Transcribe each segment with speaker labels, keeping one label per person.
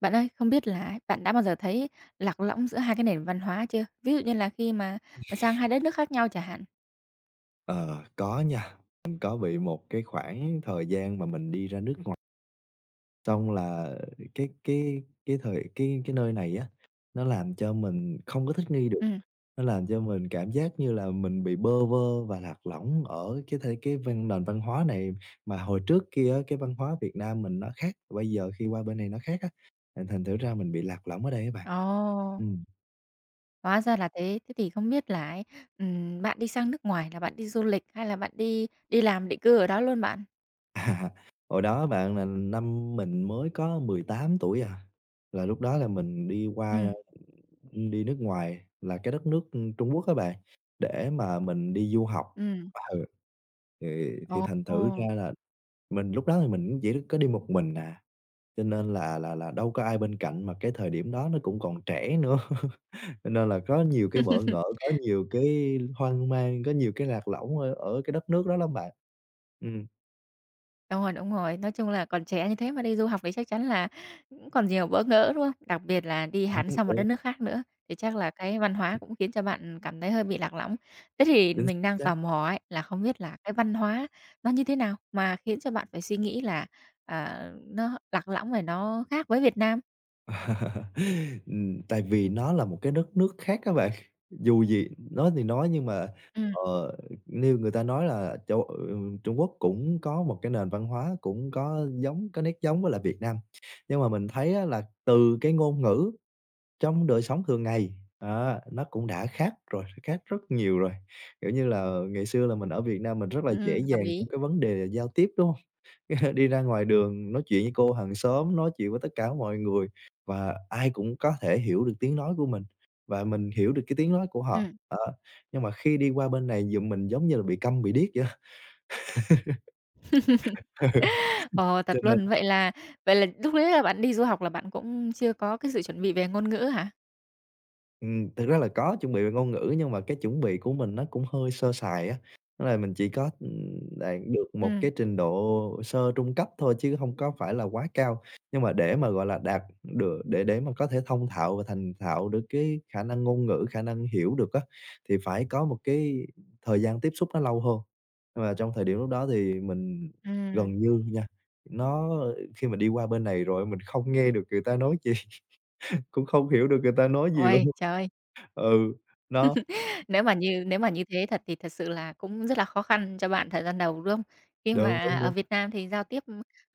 Speaker 1: Bạn ơi, không biết là ấy, bạn đã bao giờ thấy lạc lõng giữa hai cái nền văn hóa chưa? Ví dụ như là khi mà sang hai đất nước khác nhau chẳng hạn.
Speaker 2: Ờ, có nha, mình có bị một cái khoảng thời gian mà mình đi ra nước ngoài, xong là cái thời cái nơi này á, nó làm cho mình không có thích nghi được,
Speaker 1: Ừm,
Speaker 2: nó làm cho mình cảm giác như là mình bị bơ vơ và lạc lõng ở cái thể cái văn nền văn hóa này. Mà hồi trước kia á, cái văn hóa Việt Nam mình nó khác, bây giờ khi qua bên này nó khác á, thành thành thử ra mình bị lạc lõng ở đây các bạn.
Speaker 1: ồ,
Speaker 2: Ừm,
Speaker 1: hóa ra là thế. Thế thì không biết là ấy, bạn đi sang nước ngoài là bạn đi du lịch hay là bạn đi đi làm định cư ở đó luôn bạn?
Speaker 2: Hồi đó bạn là năm mình mới có 18 tuổi à, là lúc đó là mình đi qua
Speaker 1: Ừm,
Speaker 2: nước ngoài là cái đất nước, Trung Quốc á bạn, để mà mình đi du học.
Speaker 1: ừm,
Speaker 2: Ừ, thì thành
Speaker 1: ồ.
Speaker 2: thử ra là mình lúc đó thì mình cũng chỉ có đi một mình à, cho nên là đâu có ai bên cạnh, mà cái thời điểm đó nó cũng còn trẻ nữa, cho nên là có nhiều cái bỡ ngỡ, có nhiều cái hoang mang, có nhiều cái lạc lõng ở ở cái đất nước đó lắm bạn. Ừm,
Speaker 1: Đúng rồi, đúng rồi. Nói chung là còn trẻ như thế mà đi du học thì chắc chắn là cũng còn nhiều bỡ ngỡ, đúng không? Đặc biệt là đi hẳn
Speaker 2: đúng,
Speaker 1: sang một đất
Speaker 2: đúng,
Speaker 1: nước khác nữa, thì chắc là cái văn hóa cũng khiến cho bạn cảm thấy hơi bị lạc lõng. Thế thì mình
Speaker 2: chính
Speaker 1: đang
Speaker 2: xác.
Speaker 1: tò mò ấy, là không biết là cái văn hóa nó như thế nào mà khiến cho bạn phải suy nghĩ là, à, nó lạc lõng rồi nó khác với Việt Nam?
Speaker 2: Tại vì nó là một cái đất nước khác các bạn, dù gì nói thì nói nhưng mà,
Speaker 1: Ừm,
Speaker 2: ờ, như người ta nói là châu ừ, Trung Quốc cũng có một cái nền văn hóa, cũng có giống có nét giống với là Việt Nam. Nhưng mà mình thấy á là từ cái ngôn ngữ trong đời sống thường ngày, á, nó cũng đã khác rồi, khác rất nhiều rồi. Kiểu như là, ngày xưa là mình ở Việt Nam mình rất là dễ
Speaker 1: đồng
Speaker 2: dàng
Speaker 1: ý.
Speaker 2: trong cái vấn đề giao tiếp, đúng không? Đi ra ngoài đường nói chuyện với cô hàng xóm, nói chuyện với tất cả mọi người và ai cũng có thể hiểu được tiếng nói của mình và mình hiểu được cái tiếng nói của họ,
Speaker 1: Ừm.
Speaker 2: đó. Nhưng mà khi đi qua bên này giùm mình giống như là bị câm bị điếc vậy á.
Speaker 1: Ồ, thật
Speaker 2: Cho nên
Speaker 1: luôn. Vậy là lúc đấy là bạn đi du học là bạn cũng chưa có cái sự chuẩn bị về ngôn ngữ hả?
Speaker 2: Thực ra là có chuẩn bị về ngôn ngữ nhưng mà cái chuẩn bị của mình nó cũng hơi sơ sài á, nên là mình chỉ có, đạt được một
Speaker 1: Ừm,
Speaker 2: cái trình độ sơ trung cấp thôi chứ hông có phải là quá cao. Nhưng mà để mà, gọi là, đạt được để mà có thể thông thạo và thành thạo được cái khả năng ngôn ngữ, khả năng hiểu được á, thì phải có một cái thời gian tiếp xúc nó lâu hơn. Và trong thời điểm lúc đó thì mình
Speaker 1: ừm.
Speaker 2: gần như nha, nó khi mà đi qua bên này rồi mình không nghe được người ta nói gì. Cũng không hiểu được người ta nói gì
Speaker 1: Uầy,
Speaker 2: luôn.
Speaker 1: trời!
Speaker 2: Ừ, nó
Speaker 1: Nếu mà như thế thật thì thật sự là cũng rất là khó khăn cho bạn thời gian đầu, đúng không? Khi
Speaker 2: đúng,
Speaker 1: mà
Speaker 2: đúng,
Speaker 1: ở
Speaker 2: đúng,
Speaker 1: Việt Nam thì giao tiếp,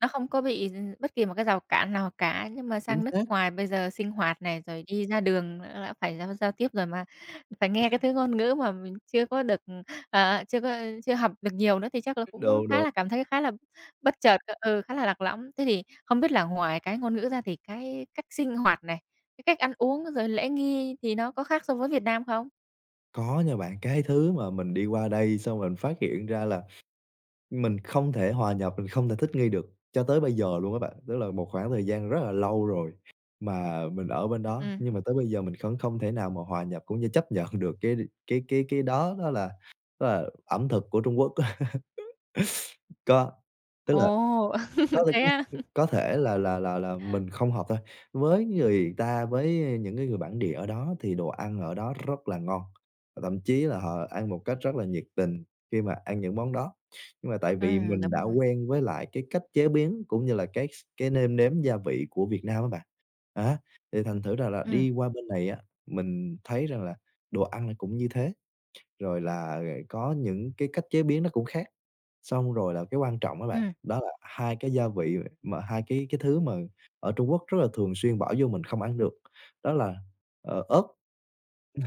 Speaker 1: nó không có bị bất kỳ một cái rào cản nào cả, nhưng mà
Speaker 2: chính
Speaker 1: sang nước
Speaker 2: xác,
Speaker 1: ngoài bây giờ sinh hoạt này, rồi đi ra đường nữa đã phải giao giao tiếp rồi mà phải nghe cái thứ ngôn ngữ mà mình chưa có được, ờ, chưa có chưa học được nhiều nữa thì chắc là cũng
Speaker 2: đúng,
Speaker 1: khá
Speaker 2: đúng.
Speaker 1: là cảm thấy khá là bất chợt, khá là lạc lõng. Thế thì không biết là ngoài cái ngôn ngữ ra thì cái cách sinh hoạt này, cái cách ăn uống rồi lễ nghi thì nó có khác so với Việt Nam không?
Speaker 2: Có nha bạn, cái thứ mà mình đi qua đây xong mình phát hiện ra là mình không thể hòa nhập, mình không thể thích nghi được cho tới bây giờ luôn á bạn. Tức là một khoảng thời gian rất là lâu rồi mà mình ở bên đó,
Speaker 1: Ừm.
Speaker 2: nhưng mà tới bây giờ mình vẫn không thể nào mà hòa nhập cũng như chấp nhận được cái đó đó là ẩm thực của Trung Quốc á. Có, tức là
Speaker 1: Ồ,
Speaker 2: Có thể
Speaker 1: thế
Speaker 2: có
Speaker 1: á?
Speaker 2: có thể là mình không hợp thôi. Với người ta, với những cái người bản địa ở đó thì đồ ăn ở đó rất là ngon, và thậm chí là họ ăn một cách rất là nhiệt tình khi mà ăn những món đó. Nhưng mà tại vì mình
Speaker 1: Đúng
Speaker 2: đã
Speaker 1: rồi.
Speaker 2: quen với lại cái cách chế biến cũng như là cái nêm nếm gia vị của Việt Nam á bạn. Á, thì thành thử ra là
Speaker 1: Ừm,
Speaker 2: đi qua bên này á, mình thấy rằng là đồ ăn nó cũng như thế. Rồi là có những cái cách chế biến nó cũng khác. Xong rồi là cái quan trọng á bạn,
Speaker 1: ừm.
Speaker 2: đó là hai cái gia vị mà hai cái thứ mà ở Trung Quốc rất là thường xuyên bỏ vô mình không ăn được, đó là, ớt,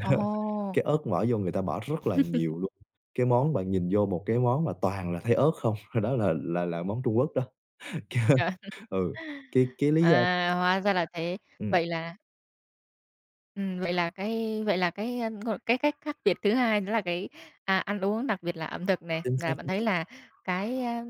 Speaker 1: Ồ,
Speaker 2: cái ớt bỏ vô người ta bỏ rất là nhiều luôn. Cái món bạn nhìn vô một cái món mà toàn là thấy ớt không, đó là món Trung Quốc đó. Cái-
Speaker 1: trời!
Speaker 2: Ừ, cái lý do
Speaker 1: À, hóa ra là thế.
Speaker 2: ừm,
Speaker 1: Vậy là vậy là cái, gọi cái cách khác biệt thứ hai đó là cái, ăn uống, đặc biệt là ẩm thực này,
Speaker 2: chính xác,
Speaker 1: là bạn
Speaker 2: chính
Speaker 1: thấy
Speaker 2: xác.
Speaker 1: là cái,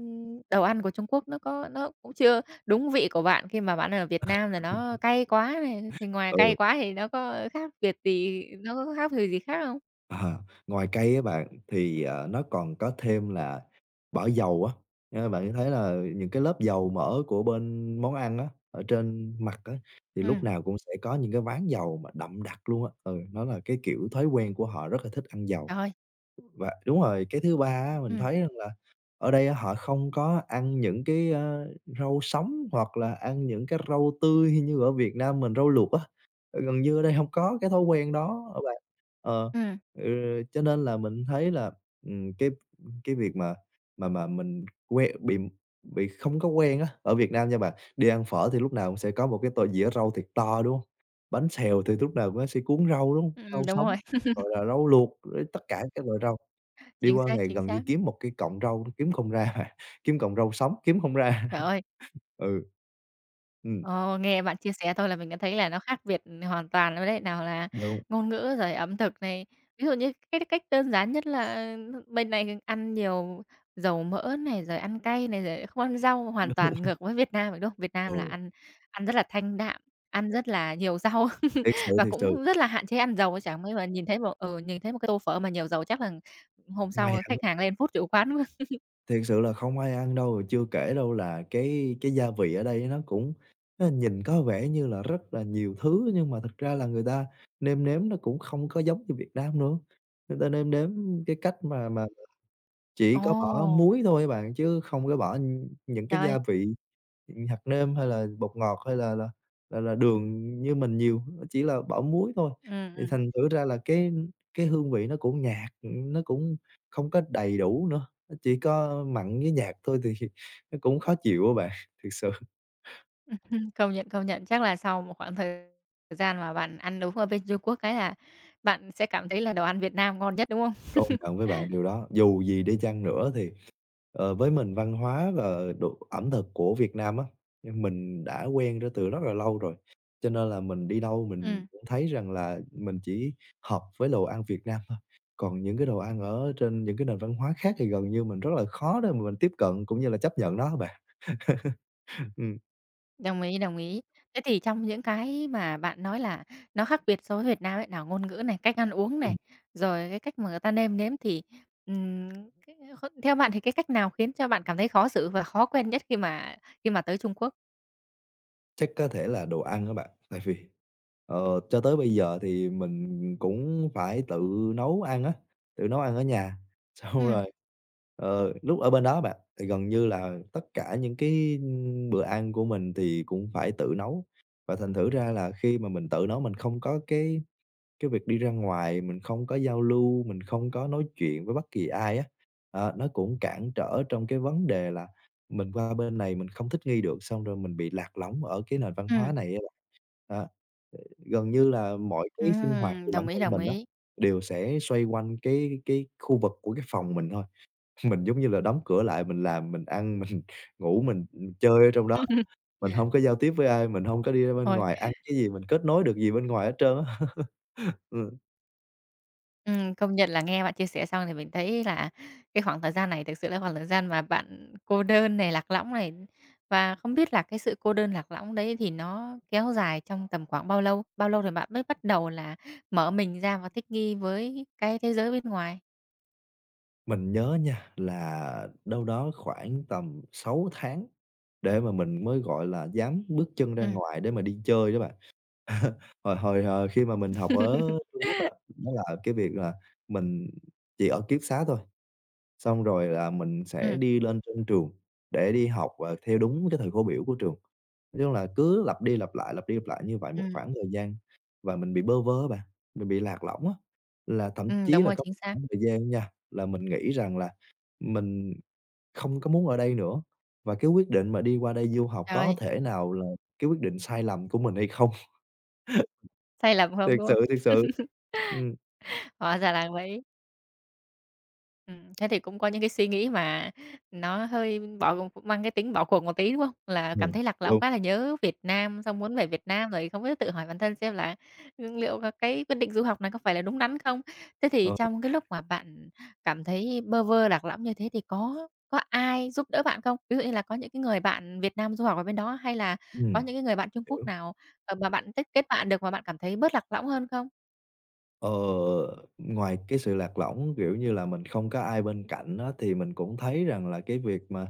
Speaker 1: đồ ăn của Trung Quốc nó cũng chưa đúng vị của bạn khi mà bạn ở Việt Nam là nó cay quá này, thì ngoài cay
Speaker 2: Ừ.
Speaker 1: quá thì nó có khác biệt gì nó có khác biệt gì khác không?
Speaker 2: Ờ, ngoài cây á bạn, thì, nó còn có thêm là bỏ dầu á, a, bạn thấy là những cái lớp dầu mỡ của bên món ăn á, ở trên mặt á, thì
Speaker 1: Ừ
Speaker 2: lúc nào cũng sẽ có những cái ván dầu mà đậm đặc luôn á. Ừ, nó là cái kiểu thói quen của họ rất là thích ăn dầu.
Speaker 1: rồi, ơi,
Speaker 2: Và đúng rồi, cái thứ ba á, mình
Speaker 1: ừm,
Speaker 2: thấy rằng là ở đây á, họ không có ăn những cái, rau sống hoặc là ăn những cái rau tươi như ở Việt Nam mình, rau luộc á. Ờ, gần như ở đây không có cái thói quen đó á bạn. Ờ,
Speaker 1: ừm,
Speaker 2: ừ, cho nên là mình thấy là, ừm, cái cái việc mà mình quen bị không có quen á, ở Việt Nam nha bạn, đi ăn phở thì lúc nào cũng sẽ có một cái tô dĩa rau thiệt to, đúng hông? Bánh xèo thì lúc nào cũng sẽ cuốn rau, đúng hông? Rau
Speaker 1: đúng
Speaker 2: sống,
Speaker 1: rồi.
Speaker 2: rồi là rau luộc, rồi tất cả các loại rau. Đi
Speaker 1: Chính
Speaker 2: qua
Speaker 1: xác,
Speaker 2: ngày
Speaker 1: chính
Speaker 2: gần như
Speaker 1: xác.
Speaker 2: kiếm một cái cọng rau kiếm không ra à, kiếm cọng rau sống kiếm không ra.
Speaker 1: Trời ơi,
Speaker 2: Ừ. Ừm,
Speaker 1: ờ, nghe bạn chia sẻ thôi là mình đã thấy là nó khác biệt hoàn toàn luôn đấy, nào là
Speaker 2: đúng,
Speaker 1: ngôn ngữ rồi ẩm thực này. Ví dụ như cái cách đơn giản nhất là bên này ăn nhiều dầu mỡ này, rồi ăn cay này, rồi không ăn rau, hoàn toàn ngược với Việt Nam, phải đúng không? Việt Nam là
Speaker 2: ừ,
Speaker 1: ăn ăn rất là thanh đạm, ăn rất là nhiều rau và
Speaker 2: thiệt sự,
Speaker 1: cũng rất là hạn chế ăn dầu, chẳng mấy mà nhìn thấy một cái tô phở mà nhiều dầu chắc là hôm
Speaker 2: không ai
Speaker 1: sau
Speaker 2: ăn
Speaker 1: khách hàng lên phút chủ quán luôn.
Speaker 2: thiệt sự là không ai ăn đâu. Rồi Chưa kể đâu là cái gia vị ở đây nó cũng nó nhìn có vẻ như là rất là nhiều thứ, nhưng mà thực ra là người ta nêm nếm nó cũng không có giống như Việt Nam nữa. Người ta nêm nếm cái cách mà
Speaker 1: Ồ,
Speaker 2: chỉ có bỏ muối thôi á bạn, chứ không có bỏ những cái
Speaker 1: trời!
Speaker 2: gia vị hạt nêm hay là bột ngọt hay là đường như mình nhiều, nó chỉ là bỏ muối thôi, thì
Speaker 1: Ừ.
Speaker 2: thành thử ra là cái hương vị nó cũng nhạt, nó cũng không có đầy đủ nữa, nó chỉ có mặn với nhạt thôi thì nó cũng khó chịu á bạn, thiệt sự.
Speaker 1: Công nhận, công nhận. Chắc là sau một khoảng thời gian mà bạn ăn đúng ở bên Trung Quốc cái là bạn sẽ cảm thấy là đồ ăn Việt Nam ngon nhất, đúng không?
Speaker 2: Công nhận với bạn điều đó. Dù gì đi chăng nữa thì, với mình văn hóa và đồ ẩm thực của Việt Nam á, nhưng mình đã quen ra từ rất là lâu rồi, cho nên là mình đi đâu mình
Speaker 1: Ừm,
Speaker 2: cũng thấy rằng là mình chỉ hợp với đồ ăn Việt Nam thôi. Còn những cái đồ ăn ở trên những cái nền văn hóa khác thì gần như mình rất là khó để mà mình tiếp cận cũng như là chấp nhận nó á bạn. Ừm.
Speaker 1: đồng ý, đồng ý. Thế thì trong những cái mà bạn nói là nó khác biệt so với Việt Nam ấy, nào ngôn ngữ này, cách ăn uống này, rồi cái cách mà người ta nêm nếm thì, ừm, cái kh theo bạn thì cái cách nào khiến cho bạn cảm thấy khó xử và khó quen nhất khi mà tới Trung Quốc?
Speaker 2: Chắc có thể là đồ ăn á bạn, tại vì, cho tới bây giờ thì mình cũng phải tự nấu ăn á, tự nấu ăn ở nhà. Xong
Speaker 1: Ừm,
Speaker 2: rồi, lúc ở bên đó bạn, thì gần như là tất cả những cái, bữa ăn của mình thì cũng phải tự nấu, và thành thử ra là khi mà mình tự nấu mình không có cái việc đi ra ngoài mình không có giao lưu, mình không có nói chuyện với bất kỳ ai á, nó cũng cản trở trong cái vấn đề là mình qua bên này mình không thích nghi được, xong rồi mình bị lạc lõng ở cái nền văn
Speaker 1: ừm,
Speaker 2: hóa này á bạn. Đó, ờ, gần như là mọi cái sinh hoạt của bản
Speaker 1: đồng ý,
Speaker 2: thân
Speaker 1: đồng
Speaker 2: mình á,
Speaker 1: ý.
Speaker 2: đều sẽ xoay quanh cái khu vực của cái phòng mình thôi. Mình giống như là đóng cửa lại, mình làm, mình ăn, mình ngủ, mình, chơi ở trong đó, mình không có giao tiếp với ai, mình không có đi ra bên
Speaker 1: Ôi.
Speaker 2: ngoài ăn cái gì, mình kết nối được gì bên ngoài hết trơn á. Ừ.
Speaker 1: Công nhận là nghe bạn chia sẻ xong thì mình thấy là cái khoảng thời gian này thực sự là khoảng thời gian mà bạn cô đơn này, lạc lõng này. Và không biết là cái sự cô đơn lạc lõng đấy thì nó kéo dài trong tầm khoảng bao lâu? Bao lâu thì bạn mới bắt đầu là mở mình ra và thích nghi với cái thế giới bên ngoài?
Speaker 2: Mình nhớ nha, là đâu đó khoảng tầm 6 tháng để mà mình mới, gọi là, dám bước chân ra
Speaker 1: Ừm.
Speaker 2: ngoài để mà đi chơi đó bạn. Hồi hồi, khi mà mình học ở Trung Quốc á, đó là cái việc là mình chỉ ở ký túc xá thôi, xong rồi là mình sẽ
Speaker 1: Ừm,
Speaker 2: đi lên trên trường để đi học, và theo đúng cái thời khóa biểu của trường. Nói chung là cứ lặp đi lặp lại, lặp đi lặp lại như vậy một
Speaker 1: ừm,
Speaker 2: khoảng thời gian và mình bị bơ vơ á bạn, mình bị lạc lõng á. Là thậm chí
Speaker 1: đúng
Speaker 2: là
Speaker 1: rồi,
Speaker 2: có
Speaker 1: chính
Speaker 2: một
Speaker 1: xác.
Speaker 2: khoảng thời gian nha, là mình nghĩ rằng là mình không có muốn ở đây nữa và cái quyết định mà đi qua đây du học
Speaker 1: Trời
Speaker 2: có
Speaker 1: ơi,
Speaker 2: thể nào là cái quyết định sai lầm của mình hay không?
Speaker 1: sai lầm không,
Speaker 2: Thiệt
Speaker 1: đúng
Speaker 2: sự,
Speaker 1: không?
Speaker 2: thiệt sự. Ừm.
Speaker 1: Hóa ra là vậy. Thế thì cũng có những cái suy nghĩ mà nó hơi mang cái tính bỏ cuộc một tí, đúng không? Là
Speaker 2: Ừ,
Speaker 1: cảm thấy lạc lõng
Speaker 2: đúng,
Speaker 1: quá, là nhớ Việt Nam, xong muốn về Việt Nam rồi không biết tự hỏi bản thân xem là, liệu cái quyết định du học này có phải là đúng đắn không? Thế thì
Speaker 2: ừ,
Speaker 1: trong cái lúc mà bạn cảm thấy bơ vơ, lạc lõng như thế thì có ai giúp đỡ bạn không? Ví dụ như là có những cái người bạn Việt Nam du học ở bên đó, hay là có
Speaker 2: ừm,
Speaker 1: những cái người bạn Trung Quốc
Speaker 2: hiểu.
Speaker 1: nào, mà bạn tích kết bạn được mà bạn cảm thấy bớt lạc lõng hơn không?
Speaker 2: Ờ, ngoài cái sự lạc lõng, kiểu như là, mình không có ai bên cạnh á, thì mình cũng thấy rằng là cái việc mà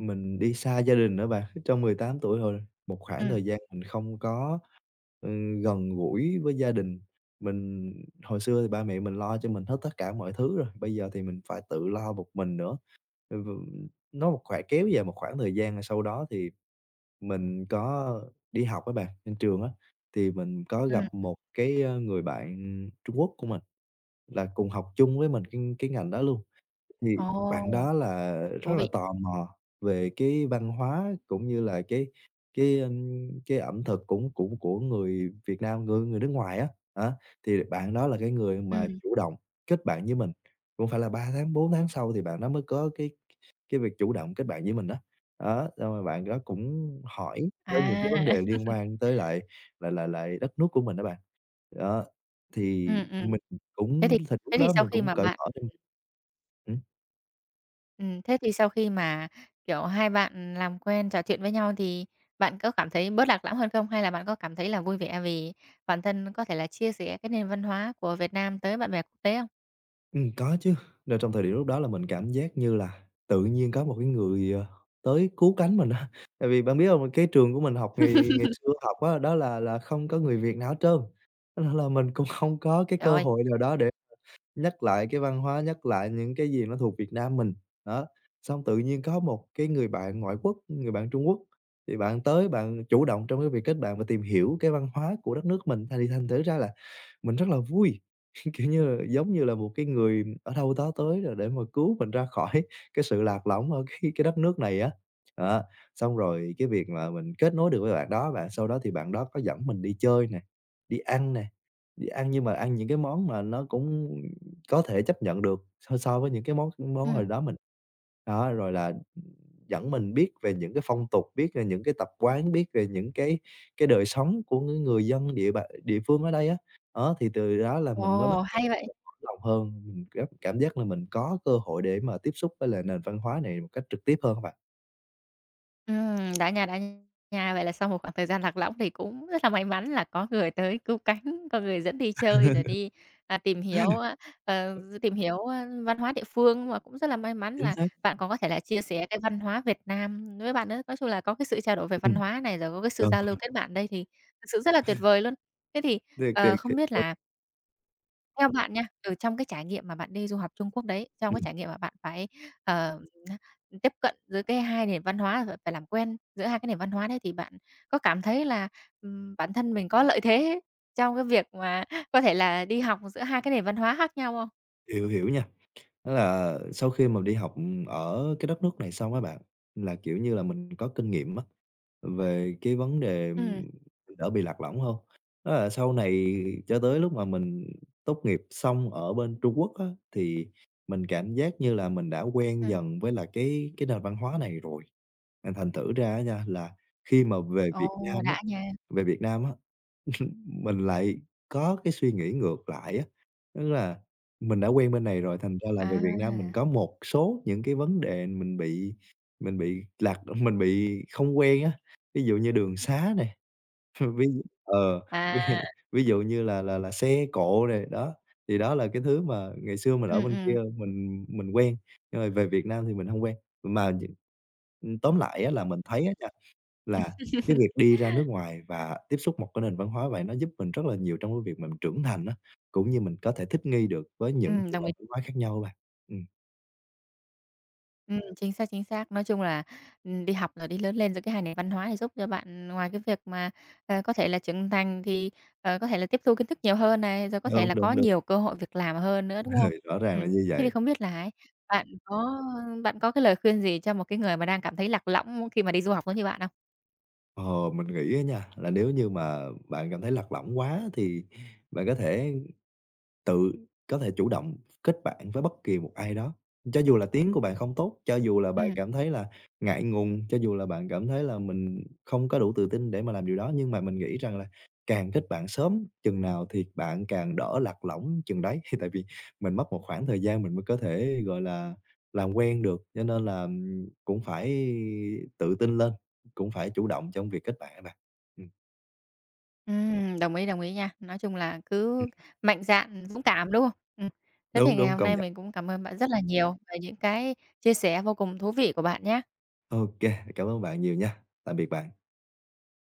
Speaker 2: mình đi xa gia đình á bạn. Trong 18 tuổi rồi, một khoảng
Speaker 1: Ừ,
Speaker 2: thời gian mình không có, gần gũi với gia đình. Mình hồi xưa thì ba mẹ mình lo cho mình hết tất cả mọi thứ rồi, bây giờ thì mình phải tự lo một mình nữa. Ừ, nó một khoảng kéo dài một khoảng thời gian, sau đó thì mình có đi học á bạn, trên trường á, thì mình có gặp
Speaker 1: ừ.
Speaker 2: một cái, người bạn Trung Quốc của mình. Là cùng học chung với mình cái ngành đó luôn. Thì
Speaker 1: Ồ,
Speaker 2: bạn đó là rất
Speaker 1: thú
Speaker 2: là
Speaker 1: vị.
Speaker 2: tò mò về cái văn hóa cũng như là cái ẩm thực cũng cũng của người Việt Nam, người người nước ngoài á, thì bạn đó là cái người mà
Speaker 1: Ừ,
Speaker 2: chủ động kết bạn với mình, cũng phải là 3 tháng, 4 tháng sau thì bạn đó mới có cái việc chủ động kết bạn với mình á. Đó, xong rồi bạn đó cũng hỏi tới những cái vấn
Speaker 1: à.
Speaker 2: đề liên quan tới lại lại lại lại đất nước của mình đó bạn. Đó, thì
Speaker 1: Ừm, ừm.
Speaker 2: mình
Speaker 1: Thế thì
Speaker 2: thì
Speaker 1: thế
Speaker 2: lúc
Speaker 1: thì
Speaker 2: đó
Speaker 1: sau
Speaker 2: mình
Speaker 1: khi
Speaker 2: cũng
Speaker 1: mà
Speaker 2: cởi
Speaker 1: bạn
Speaker 2: mở thêm. Ừm.
Speaker 1: Ừm. Thế thì sau khi mà, kiểu, hai bạn làm quen, trò chuyện với nhau thì bạn có cảm thấy bớt lạc lõng hơn không? Hay là bạn có cảm thấy là vui vẻ vì bản thân có thể là chia sẻ cái nền văn hóa của Việt Nam tới bạn bè quốc tế không?
Speaker 2: Có chứ. Là trong thời điểm lúc đó là mình cảm giác như là tự nhiên có một cái người, tới cứu cánh mình á. Tại vì bạn biết hông, cái trường của mình học ngày ngày xưa học á, đó là không có người Việt nào hết trơn, cho nên là mình cũng không có cái
Speaker 1: Trời
Speaker 2: cơ
Speaker 1: ơi!
Speaker 2: hội nào đó để nhắc lại cái văn hóa, nhắc lại những cái gì nó thuộc Việt Nam mình, đó. Xong tự nhiên có một cái người bạn ngoại quốc, người bạn Trung Quốc, thì bạn tới bạn chủ động trong cái việc kết bạn và tìm hiểu cái văn hóa của đất nước mình, thành thử ra là mình rất là vui, kiểu như là, giống như là một cái người ở đâu đó tới rồi để mà cứu mình ra khỏi cái sự lạc lõng ở cái đất nước này á. Đó, xong rồi cái việc mà mình kết nối được với bạn đó và sau đó thì bạn đó có dẫn mình đi chơi nè, đi ăn nhưng mà ăn những cái món mà nó cũng có thể chấp nhận được so so với những cái món món
Speaker 1: Ừm.
Speaker 2: hồi đó mình đó, rồi là, dẫn mình biết về những cái phong tục, biết về những cái tập quán, biết về những cái đời sống của những người dân địa bàn địa phương ở đây á. Đó, thì từ đó là mình mới bắt
Speaker 1: Ồ,
Speaker 2: đầu
Speaker 1: hay vậy!
Speaker 2: mở lòng hơn, mình cảm giác là mình có cơ hội để mà tiếp xúc với lại nền văn hóa này một cách trực tiếp hơn á bạn.
Speaker 1: Đã nha, đã nha. Vậy là sau một khoảng thời gian lạc lõng thì cũng rất là may mắn là có người tới cứu cánh, có người dẫn đi chơi rồi đi, à, tìm hiểu, a, tìm hiểu văn hóa địa phương và cũng rất là may mắn
Speaker 2: Chính
Speaker 1: là
Speaker 2: xác,
Speaker 1: bạn còn có thể là chia sẻ cái văn hóa Việt Nam với bạn nữa. Nói chung là có cái sự trao đổi về văn hóa này, rồi có cái sự
Speaker 2: ừ,
Speaker 1: giao lưu kết bạn đây thì thực sự rất là tuyệt vời luôn. Thế thì,
Speaker 2: thiệt, thiệt,
Speaker 1: không
Speaker 2: thiệt,
Speaker 1: biết
Speaker 2: đúng,
Speaker 1: là theo bạn nha, từ trong cái trải nghiệm mà bạn đi du học Trung Quốc đấy, trong cái
Speaker 2: ừm,
Speaker 1: trải nghiệm mà bạn phải, ờ, tiếp cận giữa cái hai nền văn hóa, rồi phải làm quen giữa hai cái nền văn hóa đấy thì bạn có cảm thấy là, bản thân mình có lợi thế trong cái việc mà có thể là đi học giữa hai cái nền văn hóa khác nhau không?
Speaker 2: hiểu, hiểu nha. Thế là sau khi mà đi học, ở cái đất nước này xong á bạn, là, kiểu như là, mình có kinh nghiệm á, về cái vấn đề
Speaker 1: Ừ,
Speaker 2: mình đỡ bị lạc lõng hơn. Đó là sau này cho tới lúc mà mình tốt nghiệp xong ở bên Trung Quốc á, thì mình cảm giác như là mình đã quen
Speaker 1: ừm.
Speaker 2: dần với là cái nền văn hóa này rồi. Thành thành thử ra á nha, là khi mà
Speaker 1: Ồ, đã nha.
Speaker 2: Về Việt Nam á, mình lại có cái suy nghĩ ngược lại á. Tức là mình đã quen bên này rồi, thành ra là về Việt Nam mình
Speaker 1: À,
Speaker 2: có một số những cái vấn đề mình bị lạc mình bị không quen á. Ví dụ như đường xá này ví ờ,
Speaker 1: à,
Speaker 2: ví ví dụ như là xe cộ này đó, thì đó là cái thứ mà ngày xưa mình ở bên kia
Speaker 1: ừm.
Speaker 2: mình quen, nhưng mà về Việt Nam thì mình không quen. Mà Tóm lại á là mình thấy á nha,
Speaker 1: Ừm,
Speaker 2: là cái việc đi ra nước ngoài và tiếp xúc một cái nền văn hóa vậy nó giúp mình rất là nhiều trong cái việc mình trưởng thành á, cũng như mình có thể thích nghi được với những cái
Speaker 1: đồng ý.
Speaker 2: nền văn hóa khác nhau á bạn. Ừm,
Speaker 1: Chính xác, chính xác. Nói chung là, đi học rồi đi lớn lên rồi cái hai nền văn hóa thì giúp cho bạn ngoài cái việc mà, có thể là trưởng thành thì, có thể là tiếp thu kiến thức nhiều hơn này, rồi có thể
Speaker 2: đúng,
Speaker 1: là có
Speaker 2: đúng, đúng,
Speaker 1: nhiều cơ hội việc làm hơn nữa, đúng không?
Speaker 2: ừ, rõ ràng
Speaker 1: Ừm,
Speaker 2: là như
Speaker 1: thế thì
Speaker 2: vậy.
Speaker 1: không biết là ấy, bạn có bạn có cái lời khuyên gì cho một cái người mà đang cảm thấy lạc lõng khi mà đi du học giống như bạn không?
Speaker 2: Ờ, mình nghĩ á nha, là nếu như mà bạn cảm thấy lạc lõng quá thì bạn có thể tự có thể chủ động kết bạn với bất kỳ một ai đó. Cho dù là tiếng của bạn không tốt, cho dù là bạn
Speaker 1: Ừm,
Speaker 2: cảm thấy là ngại ngùng, cho dù là bạn cảm thấy là mình không có đủ tự tin để mà làm điều đó, nhưng mà mình nghĩ rằng là càng kết bạn sớm chừng nào thì bạn càng đỡ lạc lõng chừng đấy. Tại vì mình mất một khoảng thời gian mình mới có thể, gọi là, làm quen được, cho nên là, cũng phải tự tin lên, cũng phải chủ động trong việc kết bạn á bạn. Ừm,
Speaker 1: đồng ý nha. Nói chung là cứ mạnh dạn, dũng cảm, đúng không? Ừm. Thế thì
Speaker 2: đúng,
Speaker 1: ngày
Speaker 2: đúng,
Speaker 1: hôm
Speaker 2: công
Speaker 1: nay
Speaker 2: nhận.
Speaker 1: mình cũng cảm ơn bạn rất là nhiều về những cái chia sẻ vô cùng thú vị của bạn nhá.
Speaker 2: Ok, cảm ơn bạn nhiều nha. Tạm biệt bạn.